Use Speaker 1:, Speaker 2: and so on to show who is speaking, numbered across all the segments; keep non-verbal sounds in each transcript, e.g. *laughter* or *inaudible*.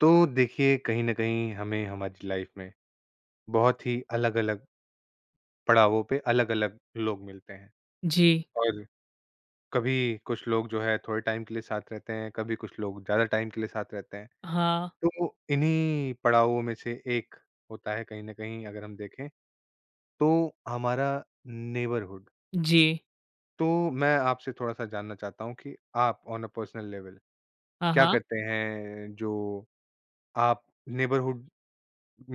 Speaker 1: तो देखिए कहीं न कहीं हमें हमारी लाइफ में बहुत ही अलग-अलग पड़ावों पे अलग-अलग लोग मिलते हैं।
Speaker 2: जी।
Speaker 1: और कभी कुछ लोग जो है थोड़े टाइम के लिए साथ रहते हैं, कभी कुछ लोग ज़्यादा टाइम के लिए साथ रहते हैं।
Speaker 2: हाँ,
Speaker 1: तो इन्हीं पड़ावों में से एक होता है कहीं न कहीं अगर हम देखें तो हमारा नेबरहुड।
Speaker 2: जी।
Speaker 1: तो मैं आपसे थोड़ा-सा जानना चाहता हूँ कि आप ऑन अ पर्सनल लेवल
Speaker 2: हाँ,
Speaker 1: क्या
Speaker 2: हाँ।
Speaker 1: करते हैं जो आप नेबरहुड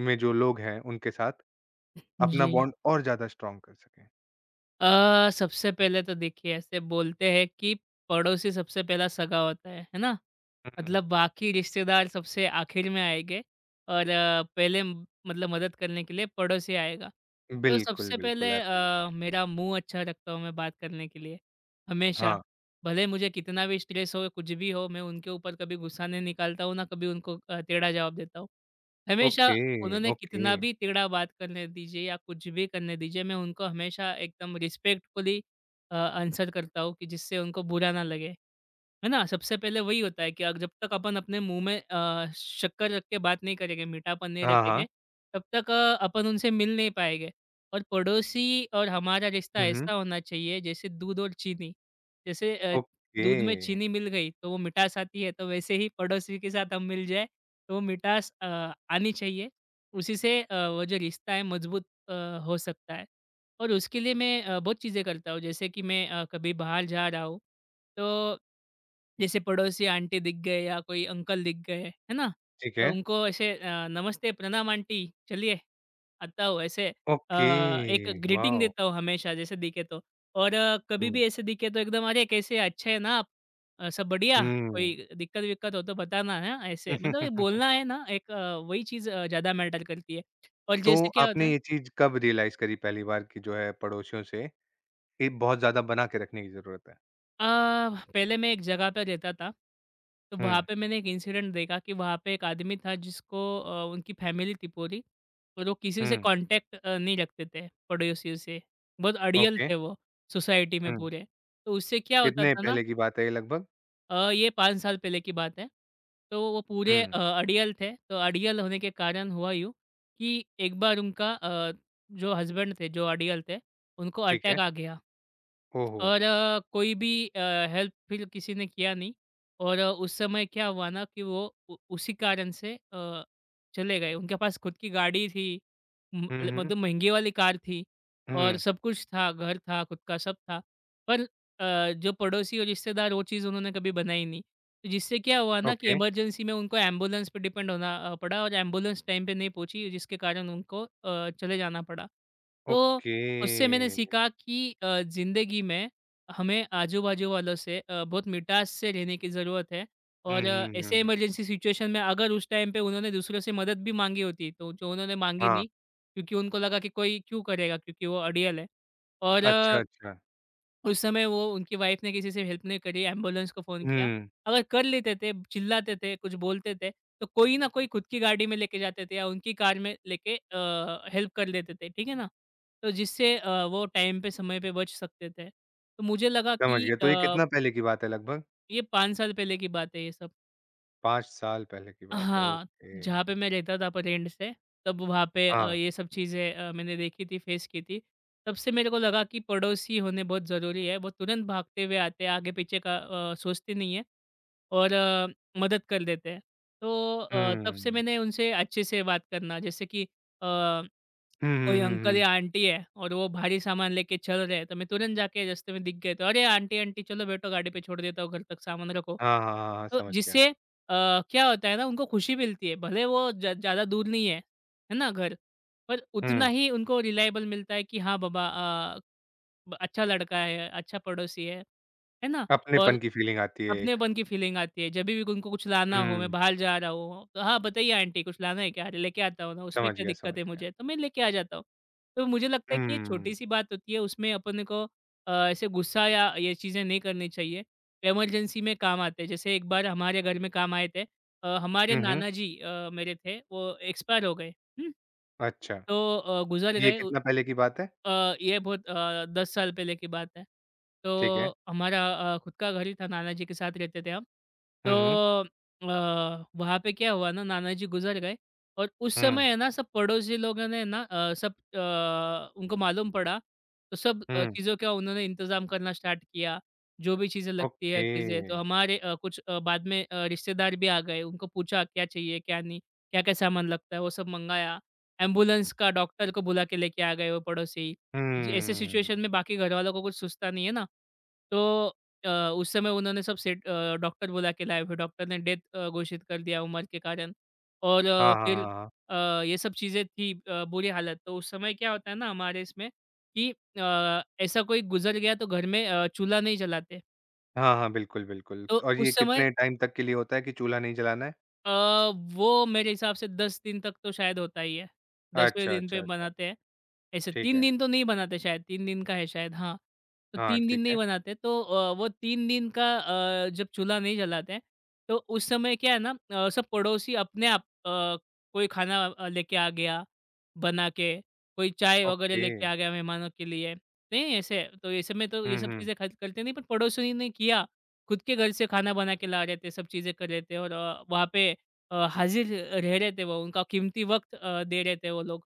Speaker 1: में जो लोग हैं उनके साथ अपना
Speaker 2: जी।
Speaker 1: बॉन्ड और ज़्यादा स्ट्रॉन्ग कर सकें।
Speaker 2: सबसे पहले तो देखिए ऐसे बोलते हैं कि पड़ोसी सबसे पहला सगा होता है ना?
Speaker 1: हुँ।
Speaker 2: मतलब बाकी रिश्तेदार सबसे आखिर में आएँगे और पहले मतलब मदद करने के लिए पड़ोसी आएगा। तो
Speaker 1: बिल्कुल,
Speaker 2: सबसे
Speaker 1: बिल्कुल,
Speaker 2: पहले
Speaker 1: एब्सोल्युटली।
Speaker 2: मेरा मुँह अच्छा रखता हूँ मैं बात करने के लिए, हमेशा।
Speaker 1: हाँ,
Speaker 2: भले मुझे कितना भी स्ट्रेस हो, कुछ भी हो, मैं उनके ऊपर कभी गुस्सा नहीं निकालता हूँ, ना कभी उनको टेढ़ा जवाब देता हूँ।
Speaker 1: ओके,
Speaker 2: हमेशा उन्होंने कितना
Speaker 1: ओके।
Speaker 2: भी टेढ़ा बात करने दीजिए या कुछ भी करने दीजिए, मैं उनको हमेशा एकदम रिस्पेक्टफुली आंसर करता हूँ कि जिससे उनको बुरा ना लगे। है ना? सबसे पहले वही होता है कि जब तक अपन अपने मुँह में शक्कर रख के बात नहीं करेंगे, मीठापन नहीं
Speaker 1: हाँ,
Speaker 2: रखेंगे,
Speaker 1: हाँ।
Speaker 2: तब तक अपन उनसे मिल नहीं पाएँगे। और पड़ोसी और हमारा रिश्ता
Speaker 1: हुँ, हुँ।
Speaker 2: ऐसा होना चाहिए जैसे दूध और चीनी। जैसे
Speaker 1: ओके,
Speaker 2: दूध में चीनी मिल गई तो वो मिठास आती है, तो वैसे ही पड़ोसी के साथ हम मिल जाए तो वो मिठास आनी चाहिए। उसी से वो जो रिश्ता है मजबूत हो सकता है। और उसके लिए मैं बहुत चीज़ें करता हूँ जैसे कि मैं कभी बाहर जा रहा हूँ तो जैसे पड़ोसी आंटी दिख गए या कोई अंकल दिख गए, है ना?
Speaker 1: ठीक है।
Speaker 2: तो उनको ऐसे नमस्ते, प्रणाम आंटी, चलिए आता हूँ ऐसे
Speaker 1: ओके,
Speaker 2: एक ग्रीटिंग
Speaker 1: वॉव!
Speaker 2: देता हूँ हमेशा जैसे दिखे तो। और कभी
Speaker 1: हुँ,
Speaker 2: भी ऐसे दिखे तो एकदम अरे कैसे हैं? अच्छे हैं ना आप? सब बढ़िया?
Speaker 1: हुँ।
Speaker 2: कोई दिक्कत-विक्कत हो तो बताना है ना ऐसे। मतलब ये बोलना
Speaker 1: *laughs*
Speaker 2: है ना एक वही चीज़ ज़्यादा मैटर करती है। और
Speaker 1: तो
Speaker 2: जैसे क्या होता
Speaker 1: आपने
Speaker 2: है
Speaker 1: ये चीज़ कब रियलाइज़ करी पहली बार कि जो है पड़ोसियों से ये बहुत ज़्यादा बना के रखने की ज़रूरत है?
Speaker 2: अ, पहले मैं एक जगह पे रहता था, तो
Speaker 1: हुँ,
Speaker 2: वहाँ पे मैंने एक इंसिडेंट देखा कि वहाँ पे एक आदमी था जिसको उनकी फैमिली थी पूरी, और वो किसी से
Speaker 1: हुँ,
Speaker 2: कॉन्टैक्ट नहीं रखते थे, पड़ोसियों से। बहुत अड़ियल
Speaker 1: ओके,
Speaker 2: थे वो, सोसाइटी में
Speaker 1: हुँ।
Speaker 2: पूरे। तो उससे क्या होता
Speaker 1: कितने
Speaker 2: था ना
Speaker 1: पहले की बात है ये लगभग?
Speaker 2: ये 5 साल पहले की बात है, तो वो पूरे
Speaker 1: हुँ,
Speaker 2: अड़ियल थे, तो अड़ियल होने के कारण हुआ यूँ कि एक बार उनका जो हस्बैंड थे, जो अड़ियल थे, उनको
Speaker 1: ठीक है।
Speaker 2: अटैक आ गया।
Speaker 1: ओहो!
Speaker 2: और कोई भी हेल्प फिर किसी ने किया नहीं और उस समय क्या हुआ ना कि वो उसी कारण से चले गए उनके पास खुद की गाड़ी थी
Speaker 1: हुँ, हुँ,
Speaker 2: मतलब महंगी वाली कार थी और
Speaker 1: हुँ,
Speaker 2: सब कुछ था घर था खुद का सब था पर जो पड़ोसी और रिश्तेदार वो चीज़ उन्होंने कभी बनाई नहीं तो जिससे क्या हुआ ना कि
Speaker 1: ओके,
Speaker 2: इमरजेंसी में उनको एम्बुलेंस पे डिपेंड होना पड़ा और एम्बुलेंस टाइम पे नहीं पहुंची जिसके कारण उनको चले जाना पड़ा तो
Speaker 1: ओके।
Speaker 2: उससे मैंने सीखा कि ज़िंदगी में हमें आजू-बाजू वालों से बहुत मिठास से रहने की ज़रूरत है
Speaker 1: हुँ,
Speaker 2: और
Speaker 1: हुँ, हुँ,
Speaker 2: ऐसे
Speaker 1: हुँ।
Speaker 2: इमरजेंसी सिचुएशन में अगर उस टाइम पे उन्होंने दूसरों से मदद भी माँगी होती, तो जो उन्होंने माँगी
Speaker 1: हाँ,
Speaker 2: नहीं क्योंकि उनको लगा कि कोई क्यों करेगा क्योंकि वो अड़ियल है और
Speaker 1: अच्छा, अच्छा।
Speaker 2: उस समय वो उनकी वाइफ ने किसी से हेल्प नहीं करी, एम्बुलेंस को फ़ोन किया।
Speaker 1: हुँ,
Speaker 2: अगर कर लेते थे, चिल्लाते थे, कुछ बोलते थे, तो कोई ना कोई खुद की गाड़ी में लेके जाते थे या उनकी कार में लेके हेल्प कर लेते थे, ठीक है ना? तो जिससे वो टाइम पे, समय पे बच सकते थे। तो मुझे लगा
Speaker 1: समझ
Speaker 2: कि
Speaker 1: गया। तो ये कितना पहले की बात है लगभग?
Speaker 2: ये 5 साल पहले की बात है ये सब।
Speaker 1: 5 साल पहले की बात है,
Speaker 2: हाँ,
Speaker 1: ओके।
Speaker 2: जहाँ पे मैं रहता था अपने रेंट से, तब वहाँ पे
Speaker 1: हाँ,
Speaker 2: ये सब चीज़ें मैंने देखी थी, फेस की थी। तब से मेरे को लगा कि पड़ोसी होने बहुत ज़रूरी है। वो तुरंत भागते हुए आते हैं, आगे-पीछे का सोचते नहीं हैं और मदद कर देते हैं। तो तब से
Speaker 1: हुँ।
Speaker 2: मैंने उनसे अच्छे से बात करना जैसे कि अ
Speaker 1: हुँ, हुँ,
Speaker 2: कोई
Speaker 1: हुँ,
Speaker 2: अंकल
Speaker 1: हुँ।
Speaker 2: या आंटी है और वो भारी सामान लेके चल रहे हैं तो मैं तुरंत जाके रास्ते में दिख गए तो अरे आंटी आंटी चलो बैठो गाड़ी पे छोड़ देता हूँ घर तक सामान रखो
Speaker 1: हाँ, हाँ, हाँ, हाँ,
Speaker 2: तो
Speaker 1: समझ गया।
Speaker 2: जिससे क्या होता है ना उनको खुशी मिलती है भले वो ज़्यादा दूर नहीं है है ना घर पर उतना
Speaker 1: हुँ,
Speaker 2: ही उनको रिलायबल मिलता है कि हाँ बाबा अच्छा लड़का है अच्छा पड़ोसी है ना
Speaker 1: अपनेपन
Speaker 2: और
Speaker 1: की फ़ीलिंग आती है एक।
Speaker 2: अपनेपन की फ़ीलिंग आती है। जभी भी उनको कुछ लाना हो, मैं
Speaker 1: हुँ,
Speaker 2: बाहर जा रहा हूँ, तो "हाँ, बताइए आंटी कुछ लाना है क्या? अरे, लेके आता हूँ ना, उसमें
Speaker 1: समझ
Speaker 2: क्या
Speaker 1: गया, समझ
Speaker 2: दिक्कत है
Speaker 1: गया।
Speaker 2: मुझे?" तो मैं लेके आ जाता हूँ। तो मुझे लगता है कि ये
Speaker 1: हुँ।
Speaker 2: छोटी-सी बात होती है, उसमें अपन को ऐसे गुस्सा या ये चीज़ें नहीं करनी चाहिए। इमरजेंसी में काम आते हैं। जैसे एक बार हमारे घर में काम आए थे। हमारे
Speaker 1: हुँ, हुँ,
Speaker 2: नाना जी मेरे थे, वो एक्सपायर हो गए। हुँ?
Speaker 1: अच्छा।
Speaker 2: तो गुज़र
Speaker 1: ये
Speaker 2: गए।
Speaker 1: कितना पहले की बात है?
Speaker 2: ये बहुत 10 साल पहले की बात है।
Speaker 1: ठीक है।
Speaker 2: तो हमारा खुद का घर ही था, नाना जी के साथ रहते थे हम। तो
Speaker 1: हुँ, हुँ,
Speaker 2: वहाँ पे क्या हुआ ना, नाना जी गुज़र गए और उस
Speaker 1: हुँ,
Speaker 2: समय है ना, सब पड़ोसी लोगों ने ना सब उनको मालूम पड़ा, तो सब
Speaker 1: हुँ,
Speaker 2: चीज़ों का उन्होंने इंतज़ाम करना स्टार्ट किया। जो भी चीज़ें लगती है
Speaker 1: ओके।
Speaker 2: चीज़ें, तो हमारे कुछ बाद में रिश्तेदार भी आ गए। उनको पूछा क्या चाहिए, क्या नहीं, क्या-क्या सामान लगता है, वो सब मँगाया। एम्बुलेंस का डॉक्टर को बुला के लेके आ गए वो पड़ोसी। ऐसे
Speaker 1: हुँ।
Speaker 2: सिचुएशन में बाकी घरवालों को कुछ सूझता नहीं है ना, तो अ, उस समय उन्होंने सब सेट डॉक्टर बुला के लाए, फिर डॉक्टर ने डेथ घोषित कर दिया उम्र के कारण और
Speaker 1: हाँ, हाँ,
Speaker 2: फिर
Speaker 1: हाँ, हाँ।
Speaker 2: ये सब चीज़ें थी बुरी हालत। तो उस समय क्या होता है ना हमारे इसमें कि ऐसा कोई गुज़र गया तो घर में चूल्हा नहीं जलाते,
Speaker 1: हाँ, हाँ, बिल्कुल, बिल्कुल।
Speaker 2: तो
Speaker 1: और ये
Speaker 2: उस समय
Speaker 1: कितने टाइम तक के लिए होता है कि चूल्हा नहीं जलाना है?
Speaker 2: अ, वो मेरे हिसाब से 10 दिन तक तो शायद होता ही है। 10वें
Speaker 1: अच्छा,
Speaker 2: दिन
Speaker 1: अच्छा,
Speaker 2: पे
Speaker 1: अच्छा।
Speaker 2: बनाते हैं। ऐसे
Speaker 1: ठीक
Speaker 2: 3
Speaker 1: है।
Speaker 2: दिन तो नहीं बनाते शायद, 3 दिन का है शायद हाँ। तो
Speaker 1: हाँ,
Speaker 2: 3 दिन
Speaker 1: ठीक
Speaker 2: नहीं
Speaker 1: है।
Speaker 2: बनाते तो वो 3 दिन का जब चूल्हा नहीं जलाते हैं, तो उस समय क्या है ना सब पड़ोसी अपने आप अ, कोई खाना लेके आ गया बना के, कोई चाय वगैरह
Speaker 1: ओके।
Speaker 2: लेके आ गया मेहमानों के लिए। नहीं ऐसे तो ये सब में तो ये
Speaker 1: हुँ,
Speaker 2: सब
Speaker 1: हुँ,
Speaker 2: चीज़ें खर्च करते नहीं पर पड़ोसियों ने किया। खुद के घर से खाना बना के ला रहे थे, सब चीज़ें कर रहे थे और वहाँ पे हाज़िर रह रहे थे वो, उनका कीमती वक़्त दे रहे थे वो लोग।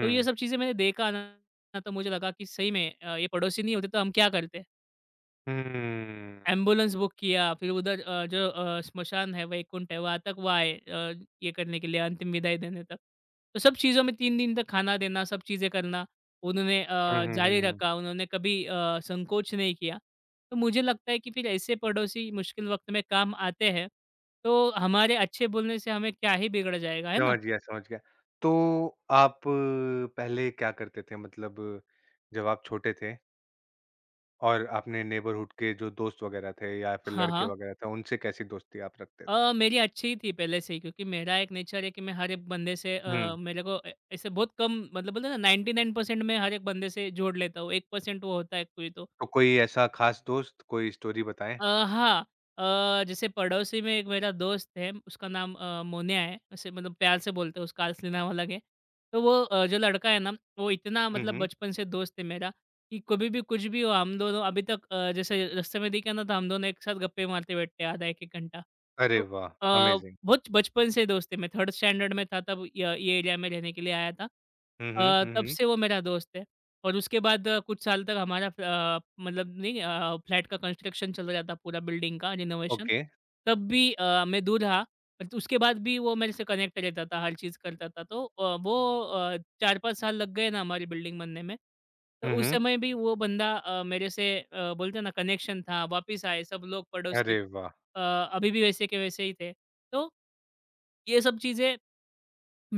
Speaker 2: तो ये सब चीज़ें मैंने देखा ना, तो मुझे लगा कि सही में ये पड़ोसी नहीं होते तो हम क्या करते?
Speaker 1: हुँ।
Speaker 2: एम्बुलेंस बुक किया, फिर उधर जो श्मशान है, वैकुंठ है, वहाँ तक वो आए ये करने के लिए अंतिम विदाई देने तक। तो सब चीज़ों में 3 दिन तक खाना देना, सब चीज़ें करना उन्होंने
Speaker 1: हुँ, हुँ, हुँ,
Speaker 2: जारी
Speaker 1: हुँ।
Speaker 2: रखा, उन्होंने कभी संकोच नहीं किया। तो मुझे लगता है कि फिर ऐसे पड़ोसी मुश्किल वक़्त में काम आते हैं, तो हमारे अच्छे बोलने से हमें क्या ही बिगड़ जाएगा, है ना?
Speaker 1: समझ गया, समझ गया। तो आप पहले क्या करते थे? मतलब जब आप छोटे थे और आपने नेबरहुड के जो दोस्त वगैरह थे या फिर
Speaker 2: हाँ,
Speaker 1: लड़के
Speaker 2: हाँ।
Speaker 1: वगैरह थे, उनसे कैसी दोस्ती आप रखते थे?
Speaker 2: मेरी अच्छी ही थी पहले से ही क्योंकि मेरा एक नेचर है कि मैं हर एक बंदे से
Speaker 1: हुँ।
Speaker 2: मेरे को ऐसे बहुत कम मतलब बोलते हैं ना 99% मैं हर एक बंदे से जोड़ लेता हूँ 1% वो होता है कोई तो
Speaker 1: तो कोई ऐसा खास दोस्त, कोई स्टोरी बताएँ?
Speaker 2: हाँ। जैसे पड़ोसी में एक मेरा दोस्त है, उसका नाम मोन्या है। ऐसे मतलब प्यार से बोलते हैं, उसका असली नाम अलग है। तो वो जो लड़का है ना, वो इतना
Speaker 1: हुँ,
Speaker 2: मतलब
Speaker 1: हुँ।
Speaker 2: बचपन से दोस्त है मेरा कि कभी भी कुछ भी हो, हम दोनों अभी तक जैसे रास्ते में दिखे ना, तो हम दोनों एक साथ गप्पे मारते बैठते हैं आधा 1-1 घंटा।
Speaker 1: अरे
Speaker 2: तो
Speaker 1: वाह! अमेज़िंग।
Speaker 2: बहुत बचपन से दोस्त है। मैं थर्ड स्टैंडर्ड में था, तब य ये एरिया में रहने के लिए आया था।
Speaker 1: हुँ, हुँ, हुँ,
Speaker 2: तब
Speaker 1: हुँ।
Speaker 2: से वो मेरा दोस्त है। और उसके बाद कुछ साल तक हमारा फ मतलब नहीं फ्लैट का कंस्ट्रक्शन चल रहा था पूरा बिल्डिंग का रिनोवेशन।
Speaker 1: ओके।
Speaker 2: तब भी मैं दूर रहा, बट उसके बाद भी वो मेरे से कनेक्ट रहता था, हर चीज़ करता था। तो वो 4-5 साल लग गए ना हमारी बिल्डिंग बनने में। तो
Speaker 1: हुँ,
Speaker 2: उस
Speaker 1: हुँ।
Speaker 2: समय भी वो बंदा मेरे से बोलते हैं ना कनेक्शन था, वापिस आए सब लोग पड़ोसी
Speaker 1: अरे वाह!
Speaker 2: अ, अभी भी वैसे के वैसे ही थे। तो ये सब चीज़ें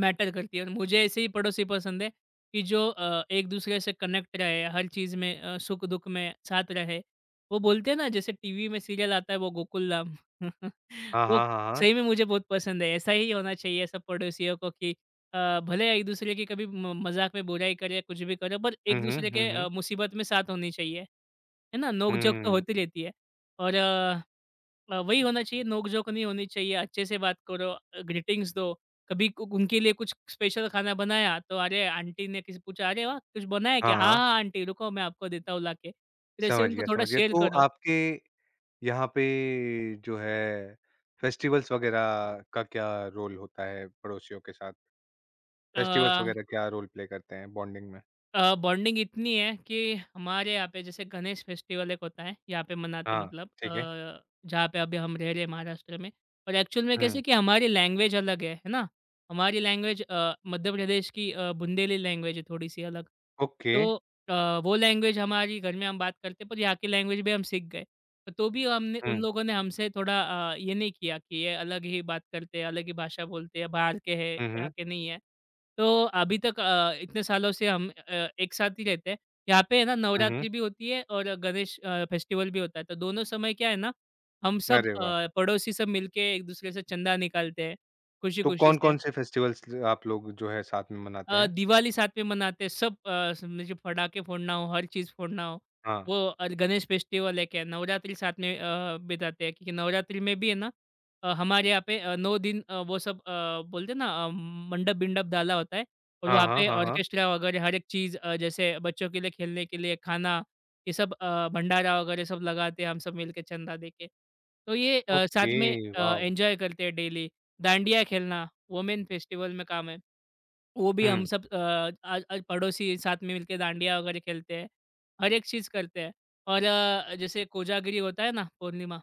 Speaker 2: मैटर करती है और मुझे ऐसे ही पड़ोसी पसंद है कि जो एक दूसरे से कनेक्ट रहे हर चीज़ में सुख दुख में साथ रहे। वो बोलते हैं ना जैसे टीवी में सीरियल आता है वो गोकुल राम। *laughs*
Speaker 1: हाँ,
Speaker 2: वो
Speaker 1: हाँ, हाँ, हाँ।
Speaker 2: सही में मुझे बहुत पसंद है। ऐसा ही होना चाहिए सब पड़ोसियों को कि भले एक दूसरे की कभी म मज़ाक में बुराई करे, कुछ भी करे पर
Speaker 1: हुँ,
Speaker 2: एक
Speaker 1: हुँ,
Speaker 2: दूसरे
Speaker 1: हुँ,
Speaker 2: के
Speaker 1: हुँ।
Speaker 2: मुसीबत में साथ होनी चाहिए। है ना? नोक-झोंक तो होती
Speaker 1: हुँ।
Speaker 2: रहती है और वही होना चाहिए, नोक-झोंक नहीं होनी चाहिए, अच्छे से बात करो, ग्रीटिंग्स दो। कभी कु उनके लिए कुछ स्पेशल खाना बनाया, तो अरे आंटी ने किसी पूछा, "अरे वाह! कुछ बनाया
Speaker 1: हाँ,
Speaker 2: क्या?" "हाँ,
Speaker 1: हाँ।
Speaker 2: हाँ आंटी, रुको मैं आपको देता हूँ लाके।" फिर ऐसे
Speaker 1: समझ
Speaker 2: उनको
Speaker 1: गया,
Speaker 2: थोड़ा
Speaker 1: समझ गया।
Speaker 2: शेयर
Speaker 1: तो
Speaker 2: करो।
Speaker 1: आपके यहाँ पे जो है फेस्टिवल्स वगैरह का क्या रोल होता है पड़ोसियों के साथ?
Speaker 2: अ
Speaker 1: फेस्टिवल्स वगैरह क्या रोल प्ले करते हैं बॉन्डिंग में?
Speaker 2: बॉन्डिंग इतनी है कि हमारे यहाँ पे जैसे गणेश फेस्टिवल एक होता है, यहाँ पे मनाते
Speaker 1: हाँ,
Speaker 2: मतलब
Speaker 1: ठीक है।
Speaker 2: जहाँ पे अभी हम रह रहे हैं महाराष्ट्र में और एक्चुअल में
Speaker 1: हुँ,
Speaker 2: कैसे कि हमारी लैंग्वेज अलग है ना? हमारी लैंग्वेज मध्य प्रदेश की बुंदेली लैंग्वेज है थोड़ी-सी अलग।
Speaker 1: ओके।
Speaker 2: तो वो लैंग्वेज हमारी घर में हम बात करते हैं पर यहाँ की लैंग्वेज भी हम सीख गए। पर तो भी हमने उन
Speaker 1: हुँ,
Speaker 2: लोगों ने हमसे थोड़ा ये नहीं किया कि ये अलग ही बात करते हैं, अलग ही भाषा बोलते हैं, बाहर के हैं,
Speaker 1: हुँ,
Speaker 2: यहाँ
Speaker 1: हुँ,
Speaker 2: के नहीं है। तो अभी तक इतने सालों से हम एक साथ ही रहते हैं। यहाँ पे है ना
Speaker 1: हुँ, हुँ।
Speaker 2: नवरात्रि भी होती है और गणेश फेस्टिवल भी होता है। तो दोनों समय क्या है ना, हम सब
Speaker 1: अरे वाह!
Speaker 2: पड़ोसी सब मिलके एक-दूसरे से चंदा निकालते हैं,
Speaker 1: तो
Speaker 2: खुशी-खुशी से।
Speaker 1: कौन-कौन से फेस्टिवल्स आप लोग जो है साथ में मनाते हैं?
Speaker 2: दिवाली साथ में मनाते हैं सब। समझिए पटाखे फोड़ना हो, हर चीज़ फोड़ना हो,
Speaker 1: हाँ।
Speaker 2: वो और गणेश फेस्टिवल है क्या, नवरात्रि साथ में बिताते हैं क्योंकि नवरात्रि में भी है ना, हमारे यहाँ पे 9 दिन वो सब बोलते हैं ना, मंडप-बिंडप डाला होता है और
Speaker 1: हाँ,
Speaker 2: वहाँ
Speaker 1: हाँ,
Speaker 2: पे
Speaker 1: हाँ, हाँ।
Speaker 2: ऑर्केस्ट्रा वगैरह हर एक चीज़, जैसे बच्चों के लिए खेलने के लिए खाना, ये सब भंडारा वगैरह सब लगाते हैं हम सब मिलके चंदा देके। तो ये
Speaker 1: ओके,
Speaker 2: साथ में
Speaker 1: वॉव!
Speaker 2: एन्जॉय करते हैं डेली, डांडिया खेलना वुमेन फेस्टिवल में काम है। वो भी हम
Speaker 1: हुँ,
Speaker 2: सब पड़ोसी साथ में मिलके डांडिया वगैरह खेलते हैं। हर एक चीज़ करते हैं और जैसे कोजागिरी होता है ना पूर्णिमा,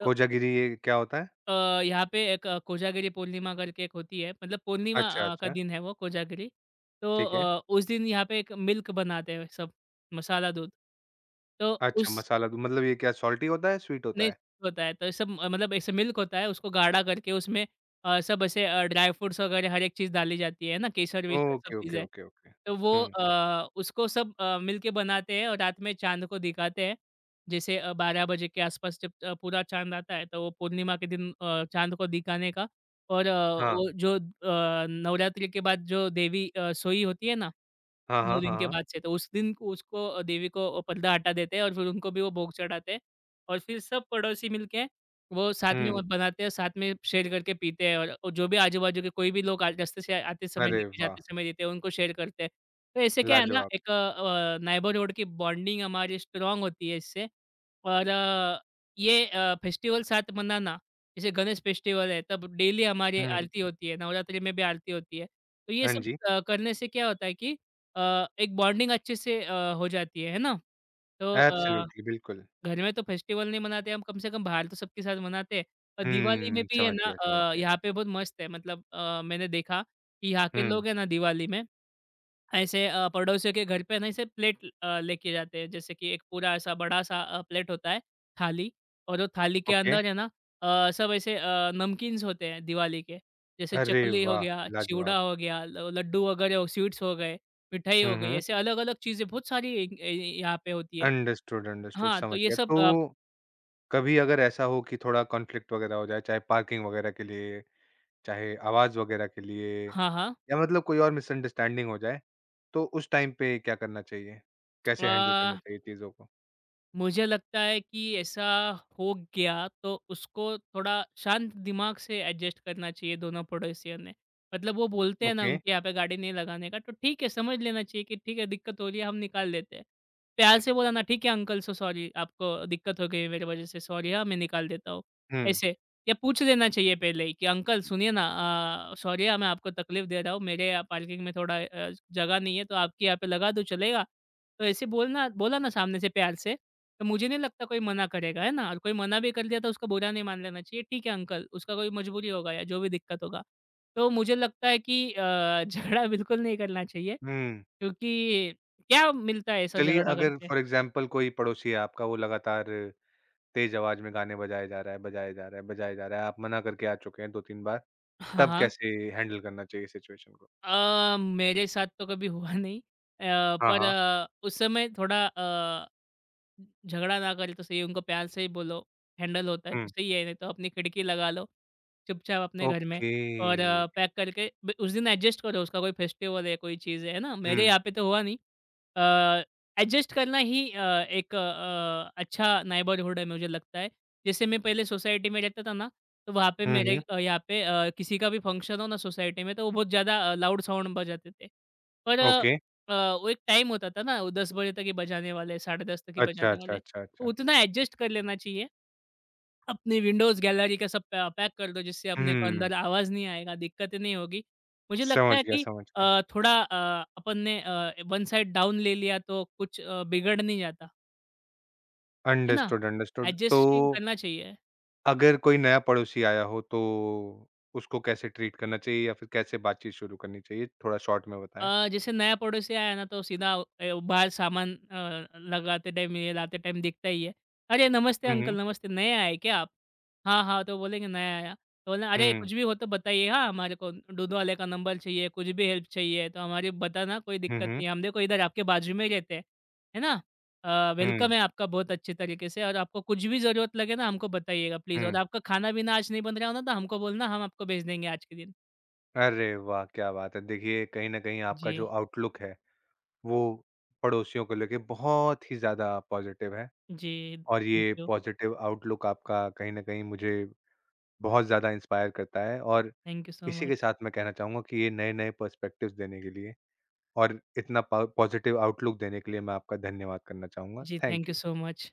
Speaker 2: तो
Speaker 1: कोजागिरी ये क्या होता है?
Speaker 2: यहाँ पे एक कोजागिरी पूर्णिमा करके एक होती है मतलब पूर्णिमा
Speaker 1: अच्छा,
Speaker 2: का
Speaker 1: अच्छा,
Speaker 2: दिन है वो कोजागिरी। तो
Speaker 1: ठीक है।
Speaker 2: उस दिन यहाँ पे एक मिल्क बनाते हैं सब, मसाला दूध। तो
Speaker 1: अच्छा
Speaker 2: उस,
Speaker 1: मसाला मतलब ये क्या सॉल्टी होता है, स्वीट होता
Speaker 2: नहीं,
Speaker 1: है?
Speaker 2: होता है तो सब मतलब ऐसे मिल्क होता है उसको गाढ़ा करके उसमें सब ऐसे ड्राई फ्रूट्स वगैरह हर एक चीज़ डाली जाती है ना, केसर-वेसर सब
Speaker 1: ओके, ओके,
Speaker 2: चीज़ें।
Speaker 1: Okay, okay.
Speaker 2: तो वो
Speaker 1: हुँ,
Speaker 2: उसको सब मिलके बनाते हैं और रात में चाँद को दिखाते हैं। जैसे 12 बजे के आसपास जब पूरा चाँद आता है तो वो पूर्णिमा के दिन चाँद को दिखाने का। और
Speaker 1: हाँ।
Speaker 2: वो जो नवरात्रि के बाद जो देवी सोई होती है ना,
Speaker 1: हाँ, हाँ,
Speaker 2: 2
Speaker 1: हाँ,
Speaker 2: दिन के
Speaker 1: हाँ।
Speaker 2: बाद से तो उसको देवी को पर्दा हटा देते हैं और फिर उनको भी वो भोग चढ़ाते हैं। और फिर सब पड़ोसी मिलके वो साथ में वो
Speaker 1: हुँ,
Speaker 2: हुँ। बनाते हैं, साथ में शेयर करके पीते हैं और जो भी आजू-बाजू के कोई भी लोग आ रास्ते से आते समय
Speaker 1: अरे
Speaker 2: देखे,
Speaker 1: वाह!
Speaker 2: जाते समय देते हैं, उनको शेयर करते हैं। तो ऐसे क्या है हुँ। ना,
Speaker 1: लाजवाब।
Speaker 2: एक नेबरहुड की बॉन्डिंग हमारी स्ट्रॉन्ग होती है इससे और ये फेस्टिवल साथ मनाना, जैसे गणेश फेस्टिवल है, तब डेली हमारी हुँ।
Speaker 1: हुँ,
Speaker 2: आरती होती है, नवरात्रि में भी आरती होती है। तो ये
Speaker 1: हाँ
Speaker 2: सब
Speaker 1: जी।
Speaker 2: करने से क्या होता है कि एक बॉन्डिंग अच्छे से हो जाती है ना? तो अ
Speaker 1: एब्सोल्युटली, बिल्कुल।
Speaker 2: घर में तो फेस्टिवल नहीं मनाते हम, कम से कम बाहर तो सबके साथ मनाते हैं। और दिवाली में
Speaker 1: हुँ,
Speaker 2: भी है
Speaker 1: समझ
Speaker 2: ना,
Speaker 1: गया, समझ गया।
Speaker 2: यहाँ पे बहुत मस्त है मतलब, मैंने देखा कि यहाँ के
Speaker 1: हुँ,
Speaker 2: लोग हैं ना दिवाली में ऐसे पड़ोसियों के घर पे ना ऐसे प्लेट लेके जाते हैं। जैसे कि एक पूरा ऐसा बड़ा-सा प्लेट होता है, थाली, और वो थाली के
Speaker 1: ओके।
Speaker 2: अंदर है ना, सब ऐसे नमकीन्स होते हैं दिवाली के। जैसे
Speaker 1: अरे
Speaker 2: चकली हो
Speaker 1: वाह!
Speaker 2: गया,
Speaker 1: लाजवाब।
Speaker 2: चिवड़ा हो गया, ल लड्डू वगैरह हो, स्वीट्स हो गए, मिठाई
Speaker 1: हुँ,
Speaker 2: हो गई,
Speaker 1: हुँ।
Speaker 2: ऐसे अलग-अलग चीज़ें बहुत सारी ए ए यहाँ पे होती है।
Speaker 1: अंडरस्टूड, अंडरस्टूड,
Speaker 2: हाँ, तो
Speaker 1: समझ
Speaker 2: ये
Speaker 1: गया।
Speaker 2: सब
Speaker 1: तो कभी अगर ऐसा हो कि थोड़ा कॉन्फ्लिक्ट वगैरह हो जाए, चाहे पार्किंग वगैरह के लिए, चाहे आवाज़ वगैरह के लिए
Speaker 2: हाँ, हाँ।
Speaker 1: या मतलब कोई और मिसअंडरस्टैंडिंग हो जाए, तो उस टाइम पे क्या करना चाहिए? कैसे हैंडल करना
Speaker 2: 呃，
Speaker 1: चाहिए चीज़ों को?
Speaker 2: मुझे लगता है कि ऐसा हो गया तो उसको थोड़ा शांत दिमाग से एडजस्ट करना चाहिए दोनों पड़ोसियों ने। मतलब वो बोलते हैं ना
Speaker 1: ओके।
Speaker 2: उनके यहाँ पे गाड़ी नहीं लगाने का, तो ठीक है समझ लेना चाहिए कि ठीक है दिक्कत हो रही है हम निकाल देते हैं। प्यार से बोला ना, ठीक है अंकल, सो सॉरी, आपको दिक्कत हो गई है मेरी वज़ह से, सॉरी हाँ मैं निकाल देता हूँ।
Speaker 1: हुँ,
Speaker 2: ऐसे या पूछ लेना चाहिए पहले ही कि अंकल सुनिए ना, सॉरी हाँ मैं आपको तकलीफ़ दे रहा हूँ, मेरे यहाँ पार्किंग में थोड़ा जगह नहीं है तो आपके यहाँ पे लगा दूँ चलेगा? तो ऐसे बोलना, बोला ना सामने से प्यार से, तो मुझे नहीं लगता कोई मना करेगा, है ना? और कोई मना भी कर दिया तो उसको बुरा नहीं मान लेना चाहिए, ठीक है अंकल, उसका कोई मजबूरी होगा या जो भी दिक्कत होगा। तो मुझे लगता है कि *laughs* झगड़ा बिल्कुल नहीं करना चाहिए
Speaker 1: हुँ।
Speaker 2: क्योंकि क्या मिलता है ऐसा
Speaker 1: चलिए
Speaker 2: झगड़ा
Speaker 1: अगर
Speaker 2: करके?
Speaker 1: फॉर एग्जाम्पल कोई पड़ोसी है आपका, वो लगातार तेज आवाज़ में गाने बजाए जा रहा है, बजाए जा रहा है, बजाए जा रहा है, आप मना करके आ चुके हैं 2-3 बार,
Speaker 2: हाँ,
Speaker 1: तब
Speaker 2: हाँ।
Speaker 1: कैसे हैंडल करना चाहिए सिचुएशन को?
Speaker 2: मेरे साथ तो कभी हुआ नहीं,
Speaker 1: हाँ,
Speaker 2: पर
Speaker 1: हाँ।
Speaker 2: उस समय थोड़ा झगड़ा ना करे तो सही है, उनको प्यार से ही बोलो, हैंडल होता है तो
Speaker 1: हुँ।
Speaker 2: सही है, नहीं तो अपनी खिड़की लगा लो, चुपचाप अपने घर में,
Speaker 1: ओके।
Speaker 2: और पैक करके ब उस दिन एडजस्ट करो, उसका कोई फेस्टिवल है, कोई चीज़ है ना? मेरे
Speaker 1: हुँ।
Speaker 2: यहाँ पे तो हुआ नहीं। अ, एडजस्ट करना ही एक अच्छा नेबरहुड है मुझे लगता है। जैसे मैं पहले सोसाइटी में रहता था ना, तो वहाँ पे
Speaker 1: हुँ,
Speaker 2: मेरे,
Speaker 1: हुँ।
Speaker 2: यहाँ पे, किसी का भी फंक्शन हो ना सोसाइटी में, तो वो बहुत ज़्यादा लाउड साउंड बजाते थे। पर
Speaker 1: ओके।
Speaker 2: अ, वो एक टाइम होता था ना, वो 10 बजे तक ही बजाने वाले हैं, साढ़े 10 तक ही
Speaker 1: अच्छा,
Speaker 2: बजाने
Speaker 1: अच्छा,
Speaker 2: वाले हैं।
Speaker 1: अच्छा,
Speaker 2: तो
Speaker 1: अच्छा।
Speaker 2: उतना एडजस्ट कर लेना चाहिए। अपनी विंडोज़ गैलरी का सब पै पैक कर दो, जिससे अपने को
Speaker 1: हुँ।
Speaker 2: अंदर आवाज़ नहीं आएगा, दिक्कतें नहीं होगी। मुझे लगता
Speaker 1: समझ
Speaker 2: है
Speaker 1: गया,
Speaker 2: कि
Speaker 1: समझ गया।
Speaker 2: थोड़ा अपन ने वन साइड डाउन ले लिया तो कुछ बिगड़ नहीं जाता, है ना?
Speaker 1: Understood, understood. तो
Speaker 2: एडजस्टिंग करना चाहिए।
Speaker 1: अगर कोई नया पड़ोसी आया हो तो उसको कैसे ट्रीट करना चाहिए या फिर कैसे बातचीत शुरू करनी चाहिए? थोड़ा शॉर्ट में बताएँ।
Speaker 2: जैसे नया पड़ोसी आया ना तो सीधा बाहर सामान लगाते टाइम ये लाते टाइम दिखता ही है। "अरे! नमस्ते
Speaker 1: हुँ, हुँ।
Speaker 2: अंकल, नमस्ते, नए आए क्या आप?" "हाँ, हाँ" तो बोलेंगे, "नया आया।" तो बोलना, "अरे!
Speaker 1: हुँ।
Speaker 2: कुछ भी हो तो बताइए हाँ, हमारे को दूध वाले का नंबर चाहिए, कुछ भी हेल्प चाहिए तो हमारी बताना, कोई
Speaker 1: हुँ,
Speaker 2: दिक्कत
Speaker 1: हुँ।
Speaker 2: नहीं है। हम देखो इधर आपके बाजू में ही रहते हैं, है ना?
Speaker 1: हुँ,
Speaker 2: वेलकम है आपका बहुत अच्छे तरीके से और आपको कुछ भी ज़रूरत लगे ना हमको बताइएगा प्लीज़
Speaker 1: हुँ।
Speaker 2: और आपका खाना-पीना आज नहीं बन रहा हो ना तो हमको बोलना, हम आपको भेज देंगे आज के दिन।"
Speaker 1: अरे वाह! क्या बात है। देखिए, कहीं न कहीं आपका
Speaker 2: जी,
Speaker 1: जो आउटलुक है, वो पड़ोसियों को लेके बहुत ही ज़्यादा पॉज़िटिव है
Speaker 2: जी।
Speaker 1: और
Speaker 2: थैंक
Speaker 1: ये
Speaker 2: यू।
Speaker 1: पॉज़िटिव आउटलुक आपका कहीं न कहीं मुझे बहुत ज़्यादा इंस्पायर करता है और
Speaker 2: Thank you so
Speaker 1: इसी
Speaker 2: much.
Speaker 1: के साथ मैं कहना चाहूँगा कि ये नए-नए पर्सपेक्टिव्स देने के लिए और इतना प पॉज़िटिव आउटलुक देने के लिए मैं आपका धन्यवाद करना चाहूँगा।
Speaker 2: Ji,
Speaker 1: thank
Speaker 2: thank you
Speaker 1: you.
Speaker 2: so much.